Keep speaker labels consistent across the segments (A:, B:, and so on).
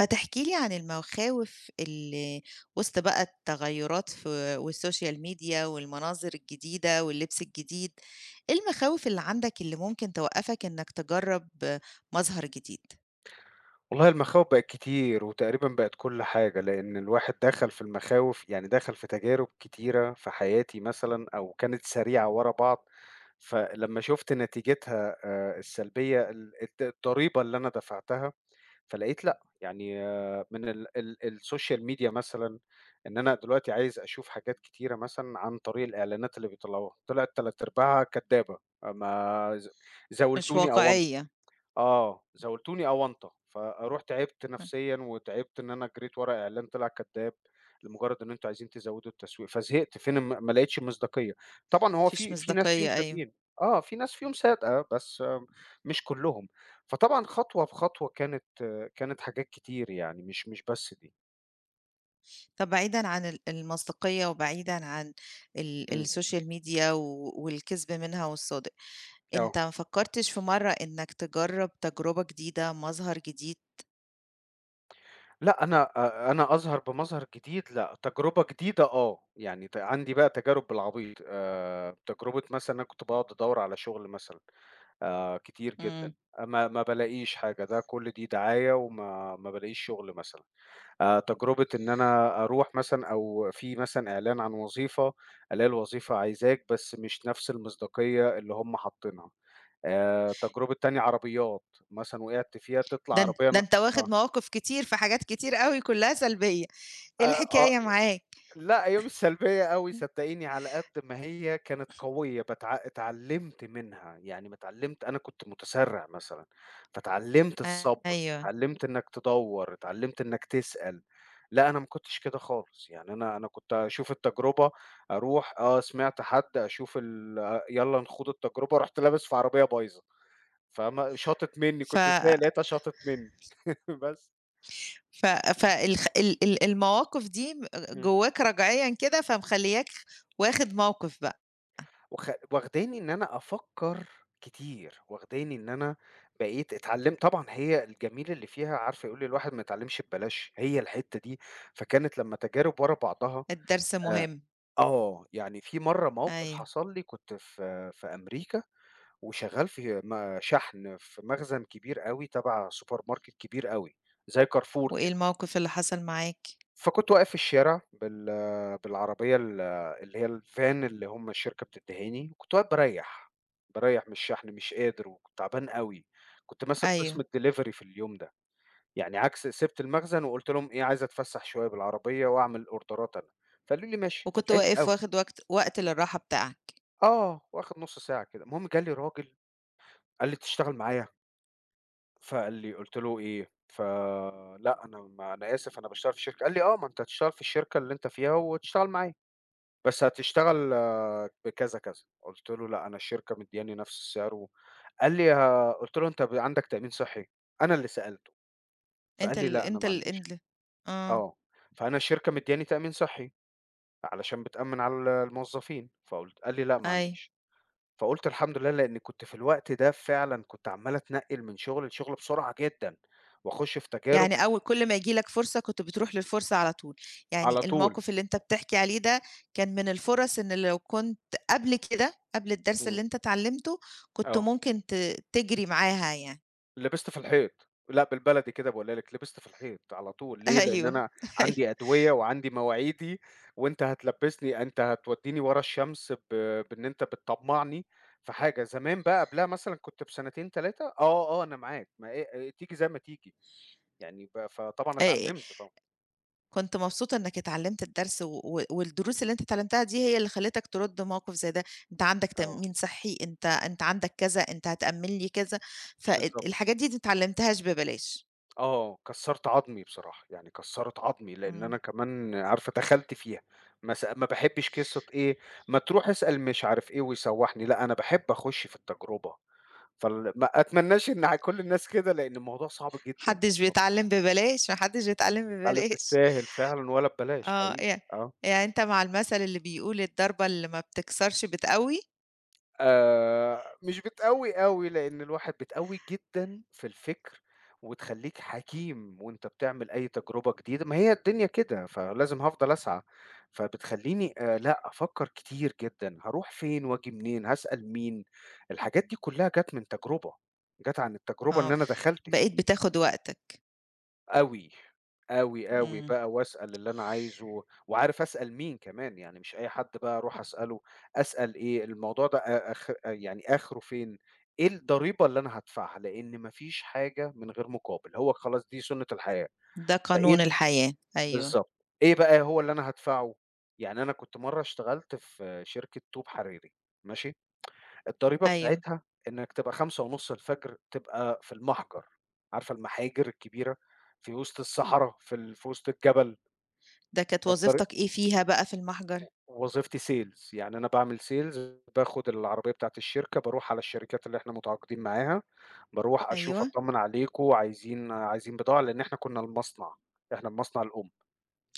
A: ما تحكِ لي عن المخاوف اللي وسط بقى التغيُّرات والسوشيال ميديا والمناظر الجديدة واللبس الجديد، إيه المخاوف اللي عندك اللي ممكن توقّفك إنّك تجرّب مظهر جديد؟
B: والله المخاوف بقت كتير، وتقريبًا بقت كل حاجة، لإن الواحد دخل في المخاوف يعني دخل في تجارب كتيرة في حياتي مثلًا أو كانت سريعة ورا بعض. فلمّا شُفت نتيجتها السلبية، ال الت الضريبة اللي أنا دفعتها، فلقيت لأ، يعني من ال ال الSocial Media مثلًا، إن أنا دلوقتي عايز أشوف حاجات كتيرة مثلًا عن طريق الإعلانات اللي بيطلّعوها، طلعت تلات أرباعها كدابة. آه، ما ز
A: مش
B: زاولتوني أو
A: واقعية،
B: آه، زاولتوني أونطة، فرُحت عِبت
A: ما
B: نفسيًا وتعبت إن أنا جريت ورا إعلان طلع كدّاب، لمجرد إن أنتم عايزين تزوّدوا التسويق، فزهقت فين ما لقيتش مصداقية. طبعًا هو
A: فيش
B: في ناس فيهم
A: مصداقية، أيوه.
B: صادقين، آه، في ناس فيهم صادقة بس مش كلّهم. فطبعًا خطوة بخطوة كانت كانت حاجات كتير يعني مش بس دي.
A: طَب بعيدًا عن المصداقية وبعيدًا عن
B: إمم،
A: السوشيال ميديا والكِذب منها والصادق،
B: آه،
A: أنت ما فكّرتش في مرّة إنّك تجرّب تجربة جديدة، مظهر جديد؟
B: لأ أنا أنا أظهر بمظهر جديد لأ، تجربة جديدة آه، يعني عندي بقى تجارب بالعبيط، تجربة مثلًا أنا كنت باقعد أدوّر على شغل مثلًا. كتير جدًا،
A: إمم.
B: آه، ما بالاقيش حاجة، ده كل دي دعاية وما ما بالاقيش شغل مثلًا. تجربة إن أنا أروح مثلًا أو في مثلًا إعلان عن وظيفة، ألاقي الوظيفة عايزاك بس مش نفس المصداقية اللي هم حاطينها. تجربة تانية عربيات، مثلًا وقعت فيها تطلع
A: ده أن
B: عربية
A: ده
B: ن
A: أنت
B: آه.
A: واخد مواقف كتير في حاجات كتير أوي كلّها سلبية، إيه
B: آه.
A: الحكاية معاك؟
B: لأ، هي مش سلبية أوي صدقيني، على قد ما هي كانت قوية اتعلمت منها، يعني ما اتعلمت أنا كنت متسرع مثلًا، فاتعلمت الصبر،
A: أيوه.
B: اتعلمت إنك تدوّر، اتعلمت إنك تسأل. لأ، أنا ما كنتش كده خالص، يعني أنا كنت أشوف التجربة، أروح آه، سمعت حد أشوف يالّا نخوض التجربة، رُحت لابس في عربية بايظة، فاهمة، شاطت مني،
A: ف
B: كنت سايق لقيتها شاطت مني بس.
A: ف فالخ ال ال المواقف دي
B: إمم.
A: جواك رجعيًا كده فمخلّياك واخد موقف بقى.
B: وخ واخداني إن أنا أفكّر كتير، واخداني إن أنا بقيت اتعلّمت طبعًا هي الجميل اللي فيها عارفة يقول لي الواحد ما يتعلّمش ببلاش، هي الحتّة دي. فكانت لمّا تجارب ورا بعضها
A: الدرس
B: آآ
A: مهم،
B: يعني في مرّة موقف
A: أيوه.
B: حصل لي كنت في أمريكا وشغّال في شحن في مخزن كبير أوي تبع سوبر ماركت كبير أوي، زي كارفور
A: وإيه
B: كده.
A: الموقف اللي حصل معاك؟
B: فكنت واقف في الشارع بالعربية اللي هي الفان اللي هم الشركة بتدّيهاني، وكنت واقف باريّح، باريّح من الشحن مش قادر وكنت تعبان أوي، كنت ماسك قسم
A: أيوه.
B: الdelivery في اليوم ده. يعني عكس سِبت المخزن وقُلت لهم إيه عايز أتفسّح شوية بالعربية وأعمل أوردرات أنا، فقالوا لي: "ماشي."
A: وكنت
B: فتعبت
A: واقف
B: أوي
A: واخد وقت للراحة بتاعك.
B: آه، واخد نُص ساعة كده. المهم جه لي راجل قال لي: "تشتغل معايا؟" فقال لي قُلت له: "إيه؟ فلأ أنا ما أنا آسف أنا باشتغل في شركة." قال لي: "آه، ما أنت هتشتغل في الشركة اللي أنت فيها وتشتغل معايا. بس هتشتغل آه، بكذا، كذا." قُلت له: "لأ، أنا الشركة مدّياني نفس السعر و" قال لي: "ه" قُلت له: "أنت عندك تأمين صحّي؟" أنا اللي سألته،
A: أنت
B: فقال لي:
A: ال
B: "لأ، أنا
A: أنت
B: ما
A: ال أنت
B: عنديش."
A: ال... آه.
B: آه، فأنا الشركة مدّياني تأمين صحّي علشان بتأمّن على الموظفين، قال لي: "لأ، ما
A: أيوه.
B: عنديش." فقُلت الحمد لله لإني كنت في الوقت ده فعلًا كنت عمّال أتنقّل من شغل لشغل بسرعة جدًا، وأخُش في تجارب
A: يعني أول كل ما ييجي لك فرصة كنت بتروح للفرصة على طول، يعني
B: على طول.
A: الموقف اللي أنت بتحكي عليه ده كان من الفرص إن لو كنت قبل كده، قبل الدرس
B: إمم،
A: اللي أنت اتعلمته، كنت
B: آه.
A: ممكن تجري معاها يعني.
B: لبست في الحيط، لأ بالبلدي كده باقولها لِك، لبست في الحيط على طول. ليه؟ لإن
A: أيوه.
B: أنا
A: أيوه.
B: عندي أدوية وعندي مواعيدي، وأنت هتلبّسني أنت هتودّيني ورا الشمس بإن أنت بتطمّعني في حاجة. زمان بقى قبلها مثلًا كنت بسنتين 3 آه أنا معاك، ما إيه إيه، تيجي زي ما تيجي، يعني ب فطبعًا
A: آآ
B: اتعلّمت طبعًا.
A: كنت مبسوطة إنك اتعلمت الدرس و والدروس اللي أنت اتعلمتها دي هي اللي خلّتك ترد موقف زي ده. أنت عندك
B: آه،
A: تأمين صحي، أنت عندك كذا، أنت هتأمن لي كذا، فال
B: بالضبط.
A: الحاجات دي أنت ما اتعلمتهاش ببلاش.
B: آه، كسّرت عضمي بصراحة، يعني كسّرت عضمي، لإن أنا
A: إمم.
B: كمان عارفة دخلت فيها. ما باحبش قصة إيه، ما تروح اسأل مش عارف إيه ويسوّحني، لأ أنا باحب أخُش في التجربة. ما أتمناش إن على كل الناس كده، لأن الموضوع صعب
A: ما
B: جدًا.
A: حدش
B: ما
A: بيتعلّم ببلاش، ما حدش بيتعلّم
B: بتتعلّم
A: ببلاش.
B: بالساهل فعلًا ولا ببلاش
A: آه.
B: حقيقي، آه.
A: يعني أنت مع المثل اللي بيقول الضربة اللي ما بتكسرش بتقوّي.
B: مش بتقوّي أوي، لإن الواحد بتقوّيك جدًا في الفكر، وتخلّيك حكيم وأنت بتعمل أي تجربة جديدة، ما هي الدنيا كده، فلازم هافضل أسعى. فبتخلّيني لأ أفكّر كتير جدًا، هاروح فين وآجي منين، هاسأل مين، الحاجات دي كلّها جات من تجربة، جات عن التجربة إن
A: آه.
B: أنا دخلت فيها.
A: بقيت بتاخد وقتك.
B: أوي، أوي، أوي
A: إمم.
B: بقى وأسأل اللي أنا عايزه، وعارف أسأل مين كمان، يعني مش أي حد بقى أروح أسأله. أسأل إيه الموضوع ده أ أخ يعني آخره فين، إيه الضريبة اللي أنا هادفعها، لإن ما فيش حاجة من غير مقابل، هو خلاص دي سُنّة الحياة.
A: ده
B: فإيه
A: قانون الحياة، أيوه.
B: بالضبط، إيه بقى هو اللي أنا هادفعه. يعني أنا كنت مرّة اشتغلت في شركة طوب حريري، ماشي؟ الضريبة
A: أيوه.
B: بتاعتها إنك تبقى 5:30 تبقى في المحجر، عارفة المحاجر الكبيرة في وسط الصحرا، في وسط الجبل.
A: ده كانت
B: فالطري
A: وظيفتك إيه فيها بقى في المحجر؟
B: وظيفتي sales يعني أنا باعمل sales باخد العربية بتاعة الشركة، باروح على الشركات اللي إحنا متعاقدين معاها، باروح أشوف
A: أيوه.
B: أطمن عليكم، عايزين عايزين بضاعة لإن إحنا كنا المصنع، إحنا المصنع الأم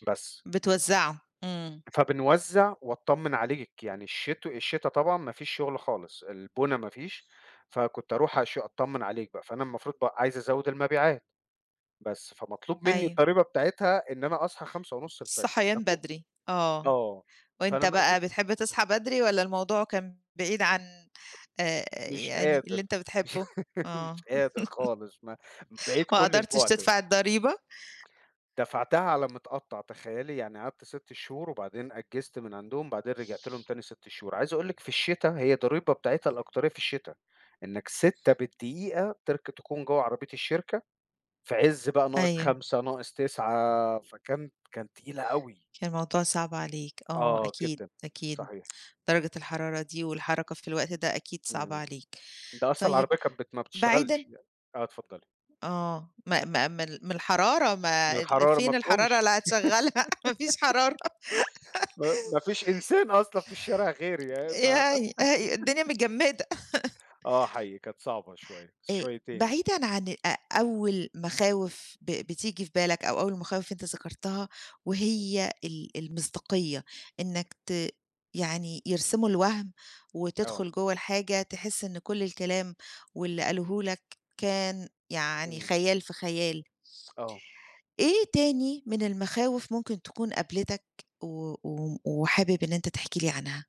B: بس.
A: بتوزّعه، إمم.
B: فبنوزّع وأطمّن عليك، يعني الشتا طبعًا ما فيش شغل خالص، البُنا ما فيش. فكنت أروح أطمّن عليك بقى، فأنا المفروض بقى عايز أزوّد المبيعات، بس فمطلوب منّي
A: أيوه.
B: الضريبة بتاعتها إن أنا أصحى 5:30 الفجر
A: الصحيان
B: أكو
A: بدري، آه.
B: آه، فأنا
A: وأنت
B: ما
A: بقى
B: قدرت
A: بتحب تصحى بدري والّا الموضوع كان بعيد عن آآ
B: مش
A: يعني اللي
B: قادر.
A: أنت بتحبه؟
B: مش
A: آه.
B: قادر خالص، ما بعيد
A: ما
B: كلّ
A: قدرتش
B: البُعد.
A: تدفع الضريبة؟
B: دفعتها على متقطّع تخيّلي، يعني قعدت 6 شهور وبعدين أجّزت من عندهم، بعدين رجعت لهم تاني 6 شهور. عايز أقول لِك في الشتا هي الضريبة بتاعتها الأكترية في الشتا، إنّك 6 بالدقيقة تكون جوّه عربية الشركة، في عِز بقى
A: أيوه.
B: -5 -9 كانت تقيلة أوي.
A: كان الموضوع صعب عليك، آه،
B: آه
A: أكيد،
B: جدًا،
A: أكيد.
B: صحيح.
A: درجة الحرارة دي والحركة في الوقت ده أكيد صعبة
B: إمم،
A: عليك.
B: ده أصلًا
A: طيب،
B: العربية كانت بت ما بتشتغلش
A: بعيدًا
B: يعني، آه اتفضّلي.
A: آه، ما من الحرارة
B: من
A: ما ال
B: الحرارة ما
A: فين الحرارة
B: بتقومش،
A: اللي هتشغّلها، ما فيش حرارة.
B: ما فيش إنسان أصلًا في الشارع غيري، يعني.
A: يعني هي الدنيا متجمّدة.
B: آه حقيقي كانت صعبة شوية،
A: آآ
B: شويتين يعني.
A: بعيدًا عن أول مخاوف بتيجي في بالك أو أول مخاوف أنت ذكرتها، وهي المصداقية، إنك ت يعني يرسموا الوَهْم
B: آه.
A: وتدخُل جوّه الحاجة تحس إن كل الكلام واللي قالوه لك كان يعني
B: إمم،
A: خيال في خيال.
B: آه،
A: إيه تاني من المخاوف ممكن تكون قابلتك و و وحابب إن أنت تحكي لي عنها؟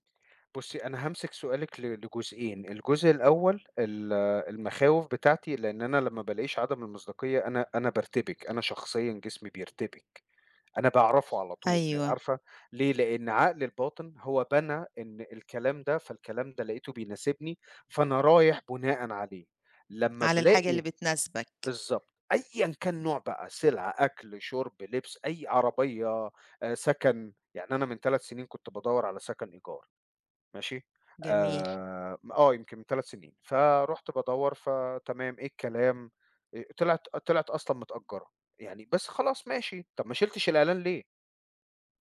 B: بُصّي أنا هامسك سؤالِك لجزئين. الجزء الأول المخاوف بتاعتي، لإن أنا لمّا بالاقيش عدم المصداقية أنا بارتبك، أنا شخصيًا جسمي بيرتبك، أنا باعرفه على طول،
A: أيوه.
B: عارفة ليه؟ لإن عقلي الباطن هو بنى إن الكلام ده، فالكلام ده لقيته بيناسبني، فأنا رايح بناءً عليه. لمّا
A: على الحاجة اللي
B: بالاقي
A: بتناسبك.
B: بالضبط، أيًا كان نوع بقى، سلعة، أكل، شرب، لبس، أي عربية، سكن. يعني أنا من 3 سنين كنت بادوّر على سكن إيجار. ماشي.
A: جميل.
B: يمكن من 3 سنين، فرُحت بادوّر فتمام، إيه الكلام. طلعت أصلًا متأجّرة، يعني بس خلاص ماشي. طَب ما شِلتش الإعلان ليه؟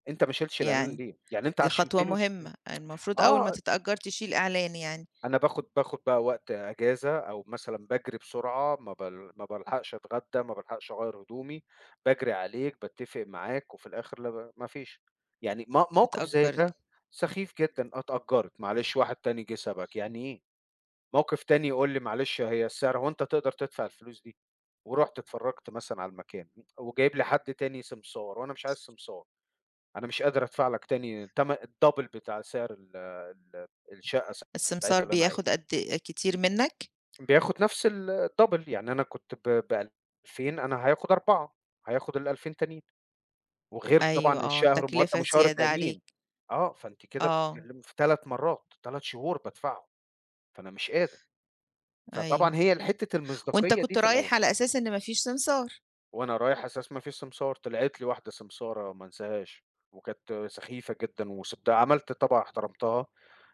B: أنت ما شِلتش الإعلان
A: يعني
B: ليه؟ يعني أنت
A: دي خطوة
B: عشّمتني وسِبتني.
A: مهمة، المفروض أول ما
B: آه،
A: تتأجّر تشيل إعلان يعني.
B: أنا باخُد بقى وقت أجازة أو مثلًا باجري بسرعة، ما بالحقش أتغدّى، ما بالحقش أغيّر هدومي، باجري عليك، باتّفق معاك وفي الآخِر لا ب ما فيش. يعني موقِف زي
A: اتأجّرت.
B: ده سخيف جدًا، آه اتأجّرت، معلش واحد تاني جِه سَبَك، يعني إيه؟! موقف تاني يقول لي: "معلش هي السعر هو أنت تقدر تدفع الفلوس دي؟" ورُحت اتفرّجت مثلًا على المكان، وجايب لي حد تاني سمسار، وأنا مش عايز سمسار، أنا مش قادر أدفع لك تاني تم الدبل بتاع سعر ال ال الشقة ساعتها
A: السمسار
B: اللي أنا عايزها.
A: بياخد قد كتير منّك؟
B: بياخد نفس الدبل، يعني أنا كنت ب2000 أنا هياخد 4، هياخد ال2000 تانيين، وغير
A: أيوه،
B: طبعًا
A: آه،
B: الشهر مقدم
A: تكلفة
B: وشهر
A: زيادة
B: تأمين.
A: عليك.
B: آه، فأنتِ كده
A: آه.
B: بتتكلمي في 3 مرات، 3 شهور بادفعهم، فأنا مش قادر. فطبعًا
A: أيوه.
B: هي حتة
A: وأنت
B: المصداقية دي
A: كنت
B: في الأول.
A: رايح على أساس إن ما فيش سمسار.
B: وأنا رايح أساس ما فيش سمسار، طلعت لي واحدة سمسارة ما انساهاش، وكانت سخيفة جدًا وسبت عملت طبعًا احترمتها،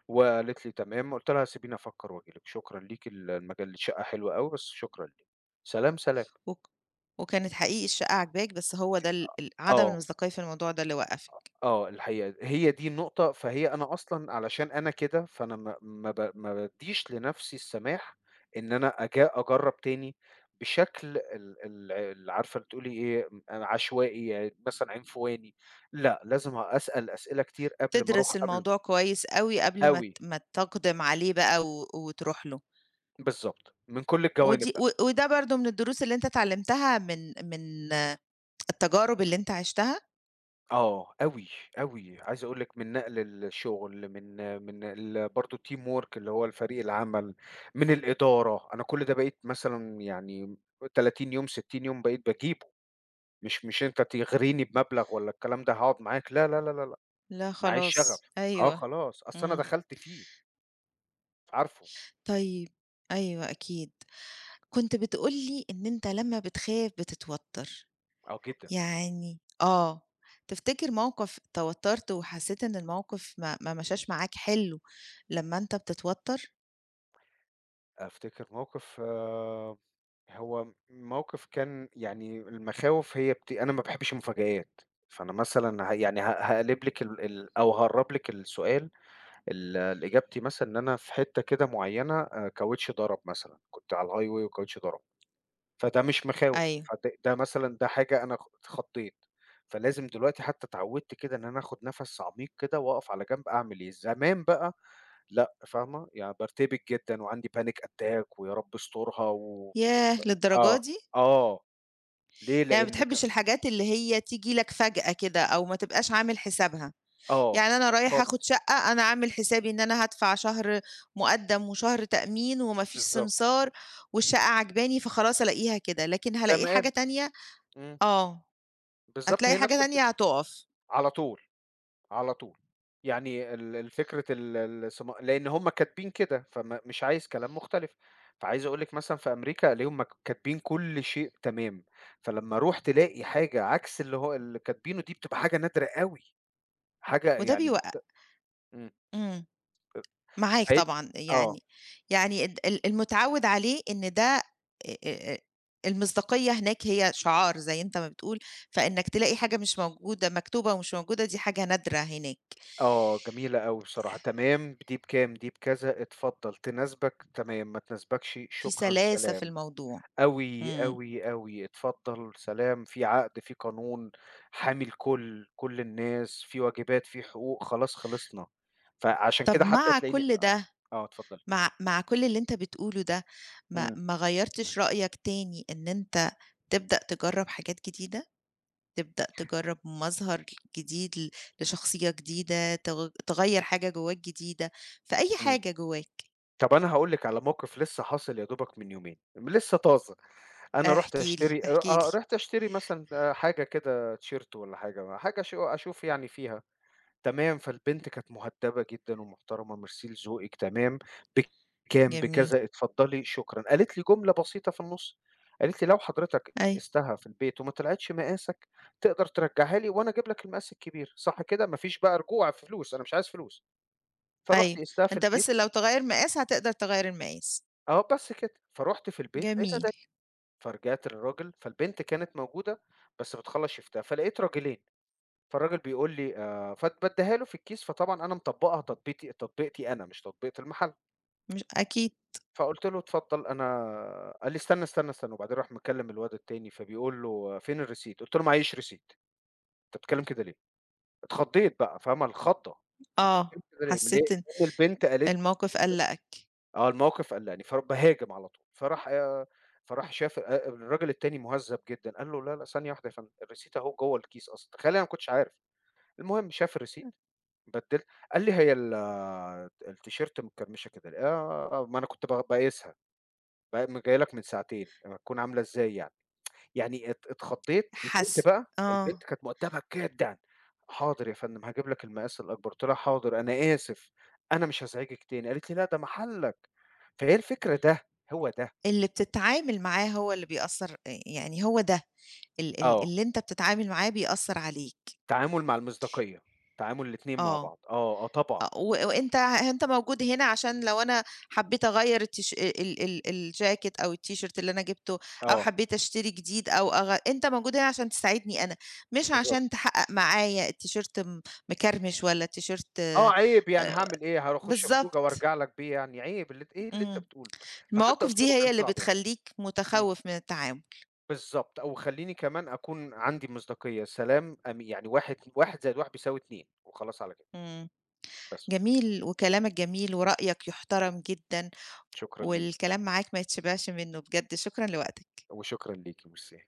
B: وقالت لي تمام، قُلت لها سيبيني أفكّر وآجي لِك، شكرًا ليكِ المجال الشقة حلوة أوي بس شكرًا ليكِ، سلام، سلام.
A: وك وكانت حقيقي الشقة عاجباك بس هو ده ال ال عدم
B: آه.
A: المصداقية في الموضوع ده اللي وقّفك.
B: آه، الحقيقة هي دي النقطة، فهي أنا أصلًا علشان أنا كده، فأنا ما بادّيش لنفسي السماح إن أنا أجرّب تاني بشكل ال ال ال عارفة اللي تقولي إيه، عشوائي يعني مثلًا عنفواني. لأ، لازم أسأل أسئلة كتير قبل ما أروح
A: تدرس
B: قبل.
A: الموضوع كويس أوي قبل ما ت
B: أوي،
A: ما تقدم عليه بقى وتروح له.
B: بالضبط، من كل الجوانب.
A: و وده برضه من الدروس اللي أنت اتعلمتها من من التجارب اللي أنت عِشتها؟
B: آه، أوي، أوي، عايز أقول لك من نقل الشغل، من برضه الteam work اللي هو الفريق العمل، من الإدارة. أنا كل ده بقيت مثلًا يعني 30 يوم، 60 يوم بقيت باجيبه، مش أنت تغريني بمبلغ والّا الكلام ده هاقعد معاك، لا، لا، لا، لا، لأ.
A: لأ
B: أنا عايز شغف،
A: خلاص،
B: آه
A: أيوه.
B: خلاص، أصل أنا
A: إمم.
B: دخلت فيه، عارفه.
A: طيب. أيوه، أكيد. كنت بتقول لي إن أنت لمّا بتخاف بتتوتّر،
B: آه جدًا.
A: يعني آه، تفتكر موقف اتوتّرت وحسّيت إن الموقف ما مشاش معاك حلو لمّا أنت بتتوتّر؟
B: أفتكر موقف آه هو موقف كان يعني المخاوف هي أنا ما باحبش المفاجآت. فأنا مثلًا ه يعني ه هاقلب لِك ال ال أو هاقرّب لِك السؤال ال ال إجابتي مثلًا إن أنا في حتّة كده معيّنة كاوتش ضرب مثلًا، كنت على الhighway والكاوتش ضرب. فده مش مخاوف،
A: أيوه.
B: ده مثلًا ده حاجة أنا اتخضّيت. فلازم دلوقتي حتّى اتعوّدت كده إن أنا آخُد نَفَس عميق كده وأقف على جنب أعمل إيه. زمان بقى لأ، فاهمة، يعني بارتبك جدًا وعندي panic attack ويا رب استرها و
A: ياه! للدرجة
B: آه،
A: دي؟
B: آه. ليه؟
A: يعني ما
B: لإن ك
A: بتحبّش الحاجات اللي هي تيجي لك فجأة كده أو ما تبقاش عامل حسابها.
B: آه،
A: يعني أنا رايح آخد شقة، أنا عامل حسابي إن أنا هادفع شهر مُقدَّم وشهر تأمين وما فيش
B: بالضبط،
A: سمسار والشقة عاجباني، فخلاص ألاقيها كده، لكن
B: زي
A: هالاقي
B: ما
A: حاجة
B: قالوا.
A: تانية.
B: إمم،
A: آه.
B: بالضبط
A: هتلاقي
B: هي
A: حاجة
B: نفس الفكرة،
A: تانية هتُقف.
B: على طول، على طول. يعني الفكرة الصم لإن هُم كاتبين كده، مش عايز كلام مختلف. فعايز أقول لِك مثلًا في أمريكا ألاقيهم كاتبين كل شيء تمام. فلمّا أروح تلاقي حاجة عكس اللي هو اللي كاتبينه دي بتبقى حاجة نادرة أوي، حاجة
A: وده
B: يعني
A: بيوق
B: مخت إمم،
A: إمم. معاك
B: فهي
A: طبعًا،
B: آه.
A: يعني يعني الد ال المتعوِّد عليه إن ده أ أ أ المصداقية هناك هي شعار زي أنت ما بتقول، فإنّك تلاقي حاجة مش موجودة مكتوبة ومش موجودة دي حاجة نادرة هناك.
B: آه، جميلة أوي بصراحة، تمام، دي بكام، دي بكذا، اتفضل، تناسبك تمام، ما تناسبكش
A: في
B: شكرًا
A: سلاسة في
B: سلام.
A: الموضوع.
B: أوي،
A: إمم.
B: أوي، أوي، اتفضل سلام، في عقد، في قانون حامي الكل، كل الناس، في واجبات، في حقوق، خلاص خلصنا. فعشان
A: طَب
B: كده حتى
A: مع
B: تلاقيني
A: كل ده،
B: آه، اتفضلي.
A: مع كل اللي أنت بتقوله ده، ما
B: إمم،
A: ما غيّرتش رأيك تاني إن أنت تبدأ تجرّب حاجات جديدة؟ تبدأ تجرّب مظهر جديد لشخصية جديدة، تغيّر حاجة جواك جديدة، في أي
B: إمم.
A: حاجة جواك.
B: طب أنا هاقول لِك على موقف لسه حاصل يا دوبك من يومين، لسه طازة. أنا
A: احكِ لي، احكِ لي.
B: رُحت أشتري مثلًا حاجة كده تيشيرت والّا حاجة، حاجة أشوف يعني فيها تمام. فالبنت كانت مهدبة جدًا ومحترمة، ميرسي لذوقِك، تمام، بكام،
A: جميل.
B: بكذا، اتفضلي، شكرًا. قالت لي جملة بسيطة في النُص، قالت لي: "لو حضرتك
A: أيوه.
B: قِستها في البيت وما طلعتش مقاسك، تقدر ترجّعها لي وأنا أجيب لك المقاس الكبير." صح كده؟ ما فيش بقى رجوع في فلوس، أنا مش عايز فلوس. فرُحت
A: أيوه.
B: قِستها في
A: أنت
B: البيت
A: بس لو تغيّر مقاس هتقدر تغيّر المقاس.
B: آه، بس كده. فرُحت في البيت لقيتها
A: جميل.
B: ضايقة، فرجعت للراجل فالبنت كانت موجودة بس بتخلّص شيفتها، فلقيت راجلين. فالراجل بيقول لي فبادّيها له في الكيس، فطبعًا أنا مطبّقها تطبيقتي أنا مش تطبيقة المحل.
A: مش أكيد.
B: فقُلت له: "اتفضل." أنا قال لي: "استنى، استنى، استنى." وبعدين راح مكلّم الواد التاني فبيقول له: آه، "فين الreceipt؟" قُلت له: "معييش receipt." "أنت بتتكلّم كده ليه؟" اتخضّيت بقى، فاهمة الخضّة. أنت بتتكلّم
A: آه.
B: كده ليه؟ ليه
A: حسّيت إن
B: لإن البنت قالت لي
A: الموقف
B: جملة.
A: قلّقك.
B: آه، الموقف قلّقني، فباهاجم على طول. فراح شاف الراجل التاني مُهذّب جدًا، قال له: "لا، لأ، ثانية واحدة يا فندم، الreceipt أهو جوّه الكيس أصلًا." تخيّلي أنا ما كنتش عارف. المهم شاف الreceipt بدّلت قال لي: "هي التيشيرت مكرمشة كده." آه، ما أنا كنت باقيسها، جاي لك من ساعتين، هتكون عاملة إزاي يعني. يعني اتخضيت، البنت
A: حس
B: بقى البنت
A: آه.
B: كانت مؤدبة جدًا. "حاضر يا فندم، هاجيب لك المقاس الأكبر." قُلت لها: "حاضر، أنا آسف، أنا مش هازعجِك تاني." قالت لي: "لأ، ده محلك." فهي الفكرة ده، هو ده.
A: اللي بتتعامل معاه هو اللي بيأثّر، يعني هو ده ال ال
B: آه،
A: اللي أنت بتتعامل معاه بيأثّر عليك.
B: تعامل مع المصداقية، تعامل الاتنين مع
A: آه.
B: بعض. آه، آه طبعًا.
A: و
B: أيوه،
A: وأنت أنت موجود هنا عشان لو أنا حبّيت أغيّر التيش ال ال ال- الجاكيت أو التيشيرت اللي أنا جِبته أو
B: آه،
A: حبّيت أشتري جديد أو أغ أنت موجود هنا عشان تساعدني أنا، مش
B: بالضبط.
A: عشان تحقّق معايا التيشيرت مكرمش والّا التيشيرت
B: آه، عيب يعني هاعمل إيه، هاروح أخش خروجة
A: بالضبط.
B: وأرجع لك بيه يعني، عيب اللي أنت إيه اللي أنت
A: إمم.
B: بتقوله. فحتى
A: المواقف
B: أسلوبه
A: دي هي
B: كان
A: اللي
B: صعب يعني.
A: بتخلّيك
B: إمم،
A: متخوّف من التعامل.
B: بالضبط، أو خلّيني كمان أكون عندي مصداقية، سلام أم يعني واحد واحد زائد واحد بيساوي 2 وخلاص على كده.
A: إمم.
B: بس
A: جميل وكلامك جميل ورأيك يُحترم جدًا،
B: شكرًا ليك،
A: والكلام معاك ما يتشبعش منه بجد، شكرًا لوقتك.
B: وشكرًا ليكِ، ميرسي.